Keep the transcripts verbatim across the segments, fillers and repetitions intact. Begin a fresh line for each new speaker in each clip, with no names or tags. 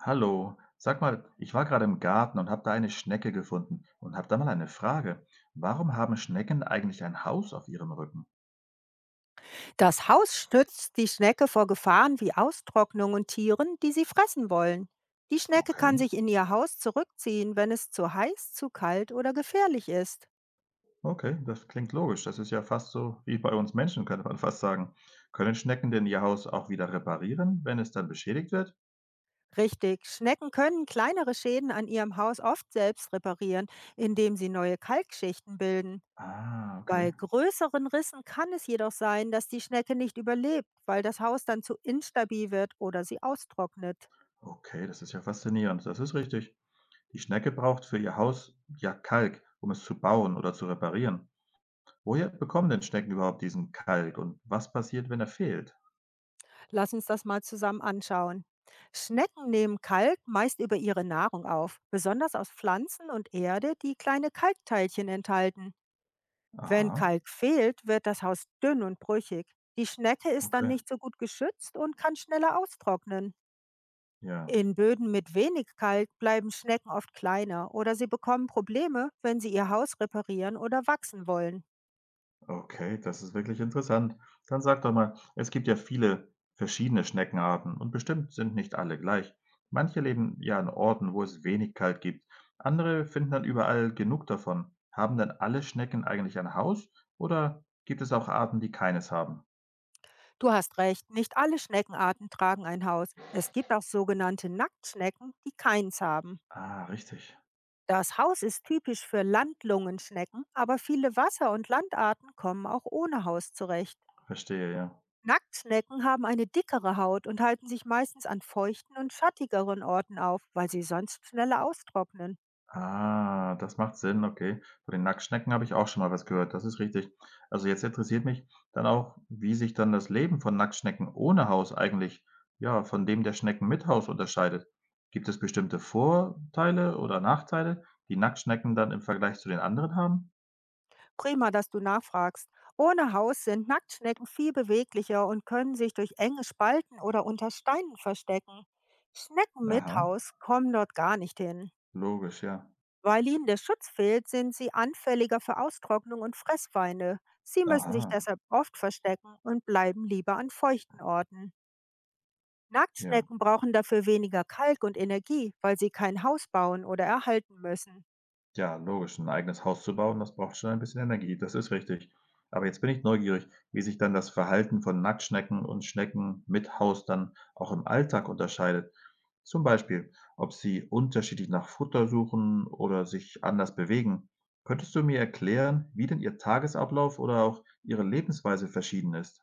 Hallo, sag mal, ich war gerade im Garten und habe da eine Schnecke gefunden und habe da mal eine Frage. Warum haben Schnecken eigentlich ein Haus auf ihrem Rücken?
Das Haus schützt die Schnecke vor Gefahren wie Austrocknung und Tieren, die sie fressen wollen. Die Schnecke kann
Okay,
sich in ihr Haus zurückziehen, wenn es zu heiß, zu kalt oder gefährlich ist.
okay, das klingt logisch. Das ist ja fast so wie bei uns Menschen, könnte man fast sagen. Können Schnecken denn ihr Haus auch wieder reparieren, wenn es dann beschädigt wird?
Richtig, Schnecken können kleinere Schäden an ihrem Haus oft selbst reparieren, indem sie neue Kalkschichten bilden.
Ah, okay.
Bei größeren Rissen kann es jedoch sein, dass die Schnecke nicht überlebt, weil das Haus dann zu instabil wird oder sie austrocknet.
Okay, das ist ja faszinierend. Das ist richtig. Die Schnecke braucht für ihr Haus ja Kalk, um es zu bauen oder zu reparieren. Woher bekommen denn Schnecken überhaupt diesen Kalk und was passiert, wenn er fehlt?
Lass uns das mal zusammen anschauen. Schnecken nehmen Kalk meist über ihre Nahrung auf, besonders aus Pflanzen und Erde, die kleine Kalkteilchen enthalten. Wenn
Aha.
Kalk fehlt, wird das Haus dünn und brüchig. Die Schnecke ist dann
Okay,
nicht so gut geschützt und kann schneller austrocknen.
ja,
In Böden mit wenig Kalk bleiben Schnecken oft kleiner oder sie bekommen Probleme, wenn sie ihr Haus reparieren oder wachsen wollen.
okay, das ist wirklich interessant. Dann sag doch mal, es gibt ja viele verschiedene Schneckenarten und bestimmt sind nicht alle gleich. Manche leben ja an Orten, wo es wenig Kalt gibt. Andere finden dann überall genug davon. Haben dann alle Schnecken eigentlich ein Haus oder gibt es auch Arten, die keines haben?
Du hast recht, nicht alle Schneckenarten tragen ein Haus. Es gibt auch sogenannte Nacktschnecken, die keins haben.
Ah, richtig.
Das Haus ist typisch für Landlungenschnecken, aber viele Wasser- und Landarten kommen auch ohne Haus zurecht.
Verstehe, ja.
Nacktschnecken haben eine dickere Haut und halten sich meistens an feuchten und schattigeren Orten auf, weil sie sonst schneller austrocknen.
Ah, das macht Sinn, okay. Von den Nacktschnecken habe ich auch schon mal was gehört, das ist richtig. Also jetzt interessiert mich dann auch, wie sich dann das Leben von Nacktschnecken ohne Haus eigentlich, ja, von dem der Schnecken mit Haus unterscheidet. Gibt es bestimmte Vorteile oder Nachteile, die Nacktschnecken dann im Vergleich zu den anderen haben?
Prima, dass du nachfragst. Ohne Haus sind Nacktschnecken viel beweglicher und können sich durch enge Spalten oder unter Steinen verstecken. Schnecken mit
Aha,
Haus kommen dort gar nicht hin.
logisch, ja.
Weil ihnen der Schutz fehlt, sind sie anfälliger für Austrocknung und Fressweine. Sie müssen sich
Aha,
deshalb oft verstecken und bleiben lieber an feuchten Orten.
ja.
Nacktschnecken brauchen dafür weniger Kalk und Energie, weil sie kein Haus bauen oder erhalten müssen.
Ja, logisch, 'n eigenes Haus zu bauen, das braucht schon ein bisschen Energie, das ist richtig. Aber jetzt bin ich neugierig, wie sich dann das Verhalten von Nacktschnecken und Schnecken mit Haus dann auch im Alltag unterscheidet. Zum Beispiel, ob sie unterschiedlich nach Futter suchen oder sich anders bewegen. Könntest du mir erklären, wie denn ihr Tagesablauf oder auch ihre Lebensweise verschieden ist?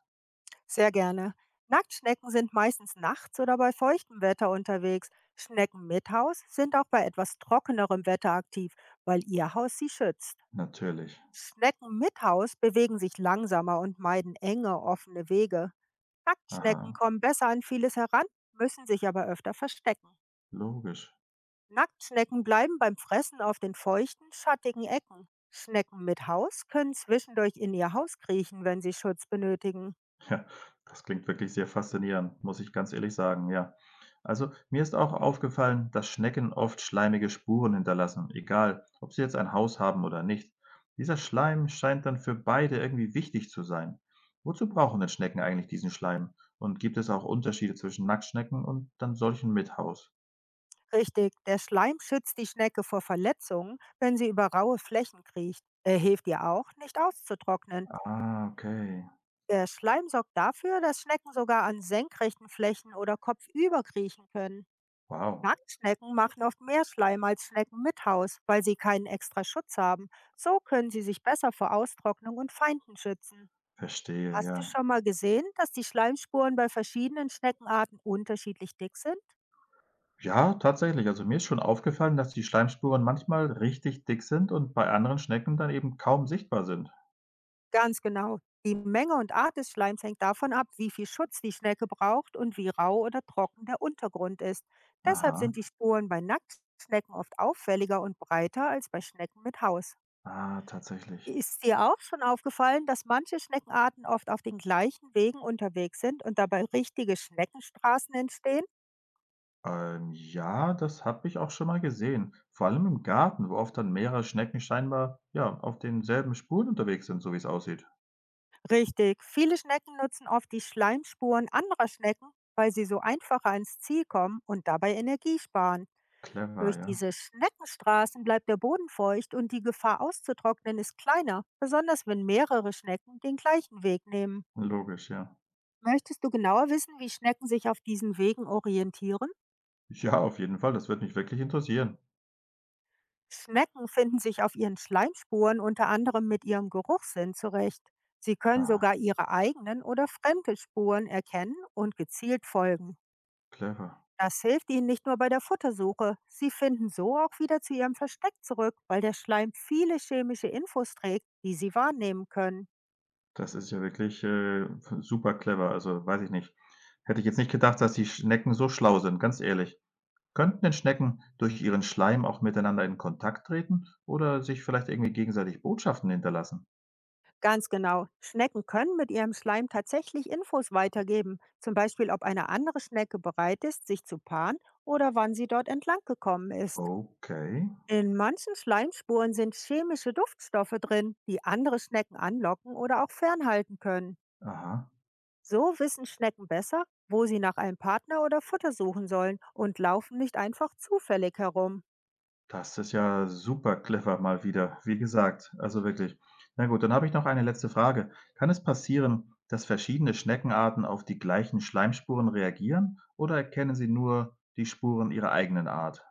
Sehr gerne. Nacktschnecken sind meistens nachts oder bei feuchtem Wetter unterwegs. Schnecken mit Haus sind auch bei etwas trockenerem Wetter aktiv, weil ihr Haus sie schützt.
Natürlich.
Schnecken mit Haus bewegen sich langsamer und meiden enge, offene Wege.
Aha,
Nacktschnecken kommen besser an vieles heran, müssen sich aber öfter verstecken.
logisch.
Nacktschnecken bleiben beim Fressen auf den feuchten, schattigen Ecken. Schnecken mit Haus können zwischendurch in ihr Haus kriechen, wenn sie Schutz benötigen.
Das klingt wirklich sehr faszinierend, muss ich ganz ehrlich sagen, ja. Also, mir ist auch aufgefallen, dass Schnecken oft schleimige Spuren hinterlassen, egal, ob sie jetzt ein Haus haben oder nicht. Dieser Schleim scheint dann für beide irgendwie wichtig zu sein. Wozu brauchen denn Schnecken eigentlich diesen Schleim? Und gibt es auch Unterschiede zwischen Nacktschnecken und dann solchen mit Haus?
Richtig, der Schleim schützt die Schnecke vor Verletzungen, wenn sie über raue Flächen kriecht. Er hilft ihr auch, nicht auszutrocknen.
Ah, okay.
Der Schleim sorgt dafür, dass Schnecken sogar an senkrechten Flächen oder kopfüber kriechen können.
Wow.
Nacktschnecken machen oft mehr Schleim als Schnecken mit Haus, weil sie keinen extra Schutz haben. So können sie sich besser vor Austrocknung und Feinden schützen.
Verstehe,
Hast du
ja.
schon mal gesehen, dass die Schleimspuren bei verschiedenen Schneckenarten unterschiedlich dick sind?
Ja, tatsächlich. Also mir ist schon aufgefallen, dass die Schleimspuren manchmal richtig dick sind und bei anderen Schnecken dann eben kaum sichtbar sind.
Ganz genau. Die Menge und Art des Schleims hängt davon ab, wie viel Schutz die Schnecke braucht und wie rau oder trocken der Untergrund ist. Deshalb
Aha.
sind die Spuren bei Nacktschnecken oft auffälliger und breiter als bei Schnecken mit Haus.
Ah, tatsächlich.
Ist dir auch schon aufgefallen, dass manche Schneckenarten oft auf den gleichen Wegen unterwegs sind und dabei richtige Schneckenstraßen entstehen?
Ähm, ja, das habe ich auch schon mal gesehen. Vor allem im Garten, wo oft dann mehrere Schnecken scheinbar, ja, auf denselben Spuren unterwegs sind, so wie es aussieht.
Richtig, viele Schnecken nutzen oft die Schleimspuren anderer Schnecken, weil sie so einfacher ans Ziel kommen und dabei Energie sparen.
Clever,
Durch
ja.
diese Schneckenstraßen bleibt der Boden feucht und die Gefahr auszutrocknen ist kleiner, besonders wenn mehrere Schnecken den gleichen Weg nehmen.
Logisch, ja.
Möchtest du genauer wissen, wie Schnecken sich auf diesen Wegen orientieren?
Ja, auf jeden Fall. Das würde mich wirklich interessieren.
Schnecken finden sich auf ihren Schleimspuren unter anderem mit ihrem Geruchssinn zurecht. Sie können
Ah,
sogar ihre eigenen oder fremde Spuren erkennen und gezielt folgen.
clever.
Das hilft ihnen nicht nur bei der Futtersuche. Sie finden so auch wieder zu ihrem Versteck zurück, weil der Schleim viele chemische Infos trägt, die sie wahrnehmen können.
Das ist ja wirklich, äh, super clever. Also, weiß ich nicht. Hätte ich jetzt nicht gedacht, dass die Schnecken so schlau sind, ganz ehrlich. Könnten denn Schnecken durch ihren Schleim auch miteinander in Kontakt treten oder sich vielleicht irgendwie gegenseitig Botschaften hinterlassen?
Ganz genau. Schnecken können mit ihrem Schleim tatsächlich Infos weitergeben. Zum Beispiel, ob eine andere Schnecke bereit ist, sich zu paaren oder wann sie dort entlang gekommen ist.
Okay,
In manchen Schleimspuren sind chemische Duftstoffe drin, die andere Schnecken anlocken oder auch fernhalten können.
aha.
So wissen Schnecken besser, wo sie nach einem Partner oder Futter suchen sollen und laufen nicht einfach zufällig herum.
Das ist ja super clever mal wieder, wie gesagt, also wirklich. Na gut, dann habe ich noch eine letzte Frage. Kann es passieren, dass verschiedene Schneckenarten auf die gleichen Schleimspuren reagieren oder erkennen sie nur die Spuren ihrer eigenen Art?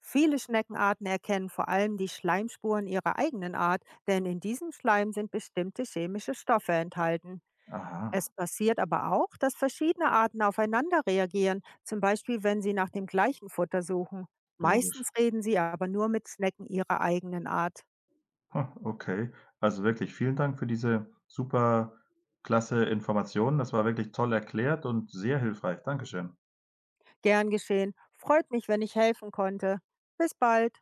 Viele Schneckenarten erkennen vor allem die Schleimspuren ihrer eigenen Art, denn in diesem Schleim sind bestimmte chemische Stoffe enthalten. Es
Aha,
passiert aber auch, dass verschiedene Arten aufeinander reagieren, zum Beispiel wenn sie nach dem gleichen Futter suchen.
logisch.
Meistens reden sie aber nur mit Schnecken ihrer eigenen Art.
Ha, okay, also wirklich vielen Dank für diese super klasse Informationen. Das war wirklich toll erklärt und sehr hilfreich. Dankeschön.
Gern geschehen, freut mich, wenn ich helfen konnte. Bis bald.